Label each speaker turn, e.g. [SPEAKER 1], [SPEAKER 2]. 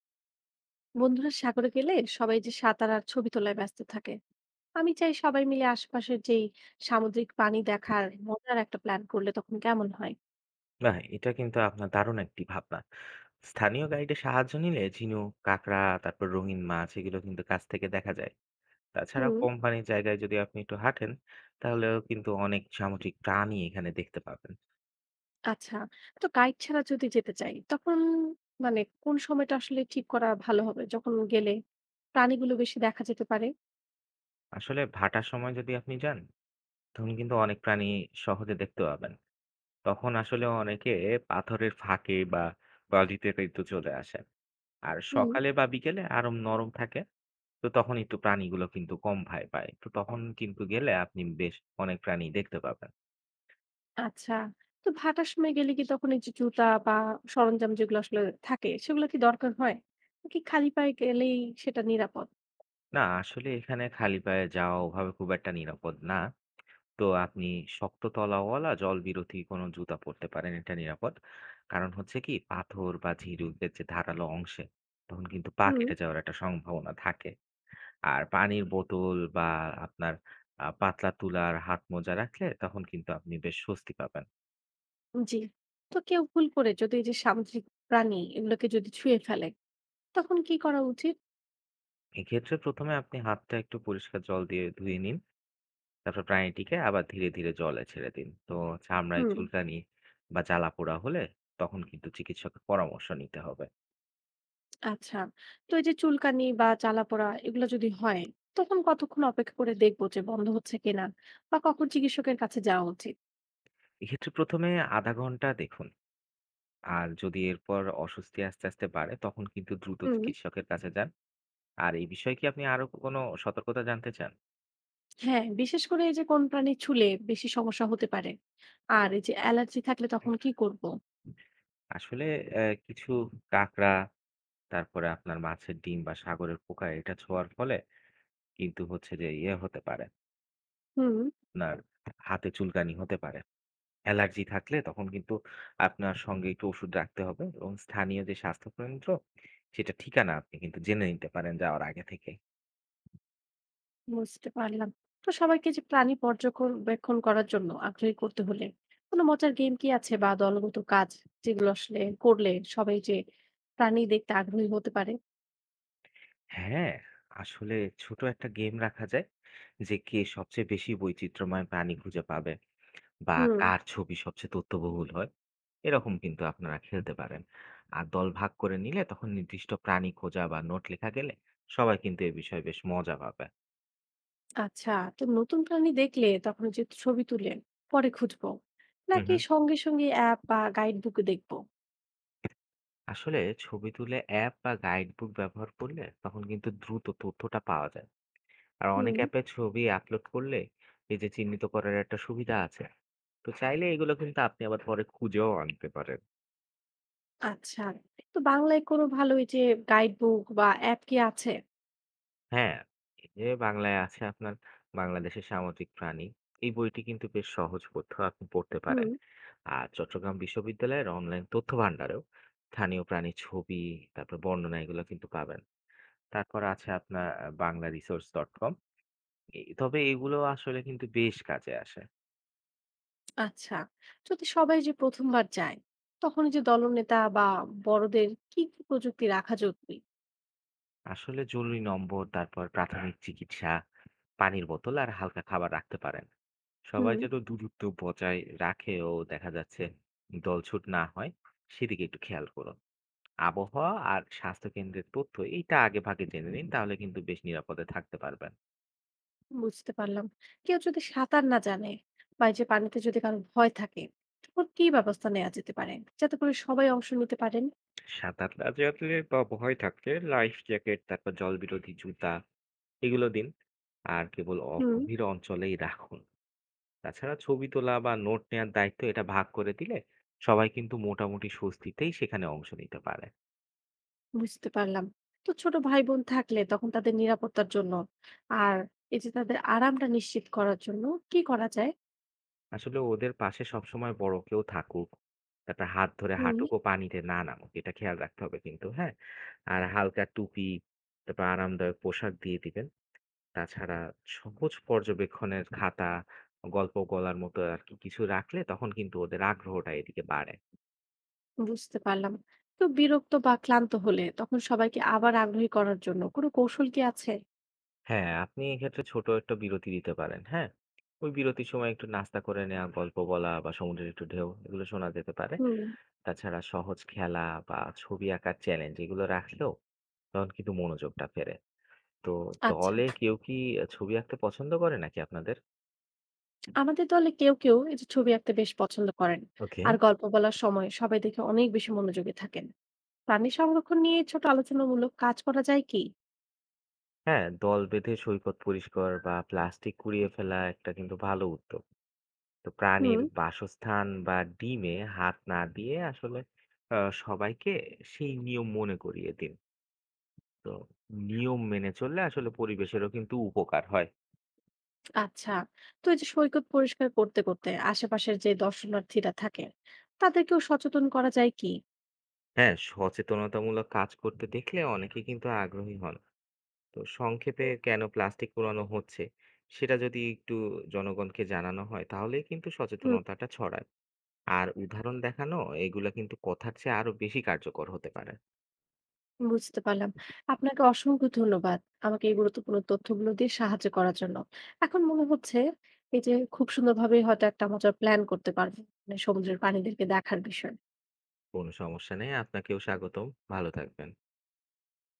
[SPEAKER 1] বন্ধুরা সাগরে গেলে সবাই যে সাঁতার আর ছবি তোলায় ব্যস্ত থাকে, আমি চাই সবাই মিলে আশপাশের যেই সামুদ্রিক প্রাণী দেখার মজার একটা প্ল্যান করলে তখন কেমন হয়।
[SPEAKER 2] না, এটা কিন্তু আপনার দারুণ একটি ভাবনা। স্থানীয় গাইডের সাহায্য নিলে ঝিনুক, কাঁকড়া, তারপর রঙিন মাছ এগুলো কিন্তু কাছ থেকে দেখা যায়। তাছাড়া
[SPEAKER 1] হুম।
[SPEAKER 2] কোম্পানির জায়গায় যদি আপনি একটু হাঁটেন, তাহলেও কিন্তু অনেক সামুদ্রিক প্রাণী এখানে দেখতে পাবেন।
[SPEAKER 1] আচ্ছা। তো গাইড ছাড়া যদি যেতে চাই তখন মানে কোন সময়টা আসলে ঠিক করা ভালো হবে যখন গেলে প্রাণীগুলো বেশি দেখা যেতে পারে।
[SPEAKER 2] আসলে ভাটার সময় যদি আপনি যান, তখন কিন্তু অনেক প্রাণী সহজে দেখতে পাবেন। তখন আসলে অনেকে পাথরের ফাঁকে বা বালিতে কিন্তু চলে আসে। আর
[SPEAKER 1] হুম।
[SPEAKER 2] সকালে বা বিকেলে আরো নরম থাকে। তো তখন একটু প্রাণীগুলো কিন্তু কম ভয় পায়। তো তখন কিন্তু গেলে আপনি বেশ অনেক প্রাণী দেখতে পাবেন।
[SPEAKER 1] আচ্ছা। তো ভাটার সময় গেলে কি তখন এই যে জুতা বা সরঞ্জাম যেগুলো আসলে থাকে সেগুলো কি দরকার হয়, নাকি খালি পায়ে গেলেই সেটা নিরাপদ?
[SPEAKER 2] না আসলে এখানে খালি পায়ে যাওয়া ওভাবে খুব একটা নিরাপদ না। তো আপনি শক্ত তলাওয়ালা জলবিরোধী কোনো জুতা পরতে পারেন, এটা নিরাপদ। কারণ হচ্ছে কি পাথর বা ঝিরুকের যে ধারালো অংশে তখন কিন্তু পা
[SPEAKER 1] হুম।
[SPEAKER 2] কেটে যাওয়ার একটা সম্ভাবনা থাকে। আর পানির বোতল বা আপনার পাতলা তুলার হাত মোজা রাখলে তখন কিন্তু আপনি বেশ স্বস্তি পাবেন।
[SPEAKER 1] জি। তো কেউ ভুল করে যদি এই যে সামুদ্রিক প্রাণী এগুলোকে যদি ছুঁয়ে ফেলে, তখন কি করা উচিত?
[SPEAKER 2] এক্ষেত্রে ১ম এ আপনি হাতটা একটু পরিষ্কার জল দিয়ে ধুয়ে নিন। তারপর প্রাণীটিকে আবার ধীরে ধীরে জলে ছেড়ে দিন। তো হুম। চামড়ায়
[SPEAKER 1] হুম।
[SPEAKER 2] চুলকানি বা জ্বালাপোড়া হলে তখন কিন্তু চিকিৎসকের পরামর্শ নিতে হবে।
[SPEAKER 1] আচ্ছা। তো এই যে চুলকানি বা জ্বালাপোড়া এগুলো যদি হয়, তখন কতক্ষণ অপেক্ষা করে দেখবো যে বন্ধ হচ্ছে কিনা? বা কখন চিকিৎসকের কাছে যাওয়া উচিত?
[SPEAKER 2] এক্ষেত্রে ১ম এ ০.৫ ঘন্টা দেখুন। আর যদি এরপর অস্বস্তি আস্তে, আস্তে বাড়ে তখন কিন্তু দ্রুত
[SPEAKER 1] হুম।
[SPEAKER 2] চিকিৎসকের কাছে যান। আর এই বিষয়ে কি আপনি আরো কোনো সতর্কতা জানতে চান?
[SPEAKER 1] হ্যাঁ, বিশেষ করে এই যে কোন প্রাণী ছুলে বেশি সমস্যা হতে পারে? আর এই যে অ্যালার্জি থাকলে তখন কি করব?
[SPEAKER 2] আসলে কিছু কাঁকড়া, তারপরে আপনার মাছের ডিম বা সাগরের পোকা এটা ছোঁয়ার ফলে কিন্তু হচ্ছে যে হতে পারে,
[SPEAKER 1] হুম।
[SPEAKER 2] আপনার হাতে চুলকানি হতে পারে। অ্যালার্জি থাকলে তখন কিন্তু আপনার সঙ্গে একটু ওষুধ রাখতে হবে এবং স্থানীয় যে স্বাস্থ্য কেন্দ্র সেটা ঠিকানা আপনি কিন্তু জেনে নিতে পারেন যাওয়ার আগে থেকে।
[SPEAKER 1] বুঝতে পারলাম। তো সবাইকে যে প্রাণী পর্যবেক্ষণ করার জন্য আগ্রহী করতে হলে কোনো মজার গেম কি আছে বা দলগত কাজ যেগুলো আসলে করলে সবাই যে প্রাণী দেখতে আগ্রহী হতে পারে?
[SPEAKER 2] হ্যাঁ, আসলে ছোট একটা গেম রাখা যায় যে কে সবচেয়ে বেশি বৈচিত্র্যময় প্রাণী খুঁজে পাবে বা
[SPEAKER 1] হুম।
[SPEAKER 2] কার ছবি সবচেয়ে তথ্যবহুল হয়। এরকম কিন্তু আপনারা খেলতে পারেন। আর দল ভাগ করে নিলে তখন নির্দিষ্ট প্রাণী খোঁজা বা নোট লেখা গেলে সবাই কিন্তু এ বিষয়ে বেশ মজা পাবে।
[SPEAKER 1] আচ্ছা। তো নতুন প্রাণী দেখলে তখন যে ছবি তুলে পরে খুঁজবো
[SPEAKER 2] হুম
[SPEAKER 1] নাকি
[SPEAKER 2] হুম
[SPEAKER 1] সঙ্গে সঙ্গে অ্যাপ বা গাইড বুক দেখবো?
[SPEAKER 2] আসলে ছবি তুলে অ্যাপ বা গাইড বুক ব্যবহার করলে তখন কিন্তু দ্রুত তথ্যটা পাওয়া যায়। আর অনেক
[SPEAKER 1] হুম।
[SPEAKER 2] অ্যাপে ছবি আপলোড করলে এই যে চিহ্নিত করার একটা সুবিধা আছে। তো চাইলে এগুলো কিন্তু আপনি আবার পরে খুঁজেও আনতে পারেন।
[SPEAKER 1] আচ্ছা। তো বাংলায় কোনো ভালো এই যে গাইড বুক বা অ্যাপ কি আছে?
[SPEAKER 2] হ্যাঁ, এই যে বাংলায় আছে আপনার বাংলাদেশের সামুদ্রিক প্রাণী, এই বইটি কিন্তু বেশ সহজ, পড়তে আপনি পড়তে
[SPEAKER 1] হুম।
[SPEAKER 2] পারেন। আর চট্টগ্রাম বিশ্ববিদ্যালয়ের অনলাইন তথ্য ভান্ডারেও স্থানীয় প্রাণী ছবি, তারপর বর্ণনা এগুলো কিন্তু পাবেন। তারপর আছে আপনার বাংলা রিসোর্স ডট কম এ, তবে এগুলো আসলে কিন্তু বেশ কাজে আসে।
[SPEAKER 1] আচ্ছা। যদি সবাই যে প্রথমবার যায় তখন যে দলনেতা বা বড়দের কি কি প্রযুক্তি রাখা জরুরি?
[SPEAKER 2] আসলে জরুরি নম্বর, তারপর প্রাথমিক চিকিৎসা, পানির বোতল আর হালকা খাবার রাখতে পারেন। সবাই
[SPEAKER 1] হুম।
[SPEAKER 2] যেন দূরত্ব বজায় রাখে ও দেখা যাচ্ছে দলছুট না হয়, সেদিকে একটু খেয়াল করুন। আবহাওয়া আর স্বাস্থ্য কেন্দ্রের তথ্য এইটা আগে ভাগে জেনে নিন, তাহলে কিন্তু বেশ নিরাপদে থাকতে পারবেন।
[SPEAKER 1] বুঝতে পারলাম। কেউ যদি সাঁতার না জানে বা এই যে পানিতে যদি কারো ভয় থাকে, তখন কি ব্যবস্থা নেওয়া যেতে পারে যাতে করে সবাই অংশ নিতে পারেন?
[SPEAKER 2] সাঁতার না জানলে বা ভয় থাকলে লাইফ জ্যাকেট, তারপর জলবিরোধী জুতা এগুলো দিন। আর কেবল
[SPEAKER 1] হুম।
[SPEAKER 2] অগভীর অঞ্চলেই রাখুন। তাছাড়া ছবি তোলা বা নোট নেয়ার দায়িত্ব এটা ভাগ করে দিলে সবাই কিন্তু মোটামুটি স্বস্তিতেই সেখানে অংশ নিতে পারে।
[SPEAKER 1] বুঝতে পারলাম। তো ছোট ভাই বোন থাকলে তখন তাদের নিরাপত্তার জন্য আর এই যে তাদের আরামটা নিশ্চিত করার জন্য কি করা যায়?
[SPEAKER 2] আসলে ওদের পাশে সবসময় বড় কেউ থাকুক, তারপর হাত ধরে
[SPEAKER 1] হুম।
[SPEAKER 2] হাঁটুক ও পানিতে না নামুক, এটা খেয়াল রাখতে হবে কিন্তু। হ্যাঁ, আর হালকা টুপি, তারপর আরামদায়ক পোশাক দিয়ে দিবেন। তাছাড়া সহজ পর্যবেক্ষণের খাতা, গল্প বলার মতো আর কি কিছু রাখলে তখন কিন্তু ওদের আগ্রহটা এদিকে বাড়ে।
[SPEAKER 1] বুঝতে পারলাম। তো বিরক্ত বা ক্লান্ত হলে তখন সবাইকে আবার আগ্রহী করার জন্য কোনো কৌশল কি আছে?
[SPEAKER 2] হ্যাঁ, আপনি এক্ষেত্রে ছোট একটা বিরতি দিতে পারেন। হ্যাঁ? ওই বিরতির সময় একটু নাস্তা করে নেয়া, গল্প বলা বা সমুদ্রের একটু ঢেউ এগুলো শোনা যেতে পারে।
[SPEAKER 1] হুম।
[SPEAKER 2] তাছাড়া সহজ খেলা বা ছবি আঁকার চ্যালেঞ্জ এগুলো রাখলেও তখন কিন্তু মনোযোগটা ফেরে। তো
[SPEAKER 1] আচ্ছা,
[SPEAKER 2] দলে কেউ কি ছবি আঁকতে পছন্দ করে নাকি আপনাদের?
[SPEAKER 1] আমাদের দলে কেউ কেউ এই যে ছবি আঁকতে বেশ পছন্দ করেন
[SPEAKER 2] ওকে।
[SPEAKER 1] আর গল্প বলার সময় সবাই দেখে অনেক বেশি মনোযোগী থাকেন। প্রাণী সংরক্ষণ নিয়ে ছোট আলোচনামূলক কাজ করা যায় কি?
[SPEAKER 2] হ্যাঁ, দল বেঁধে সৈকত পরিষ্কার বা প্লাস্টিক কুড়িয়ে ফেলা একটা কিন্তু ভালো উদ্যোগ। তো প্রাণীর
[SPEAKER 1] হুম।
[SPEAKER 2] বাসস্থান বা ডিমে হাত না দিয়ে আসলে আ সবাইকে সেই নিয়ম মনে করিয়ে দিন। তো নিয়ম মেনে চললে আসলে পরিবেশেরও কিন্তু উপকার হয়।
[SPEAKER 1] আচ্ছা, তো এই যে সৈকত পরিষ্কার করতে করতে আশেপাশের যে দর্শনার্থীরা থাকে তাদেরকেও সচেতন করা যায় কি?
[SPEAKER 2] হ্যাঁ, সচেতনতামূলক কাজ করতে দেখলে অনেকে কিন্তু আগ্রহী হন। তো সংক্ষেপে কেন প্লাস্টিক পোড়ানো হচ্ছে সেটা যদি একটু জনগণকে জানানো হয় তাহলেই কিন্তু
[SPEAKER 1] হুম।
[SPEAKER 2] সচেতনতাটা ছড়ায়। আর উদাহরণ দেখানো এগুলা কিন্তু কথার চেয়ে আরো বেশি কার্যকর হতে পারে।
[SPEAKER 1] বুঝতে পারলাম। আপনাকে অসংখ্য ধন্যবাদ। আমাকে এই গুরুত্বপূর্ণ তথ্যগুলো দিয়ে সাহায্য করার জন্য। এখন মনে হচ্ছে এই যে খুব সুন্দরভাবে হয়তো একটা মজার প্ল্যান করতে পারব। মানে সমুদ্রের প্রাণীদেরকে দেখার বিষয়ে।
[SPEAKER 2] কোনো সমস্যা নেই, আপনাকেও স্বাগতম। ভালো থাকবেন।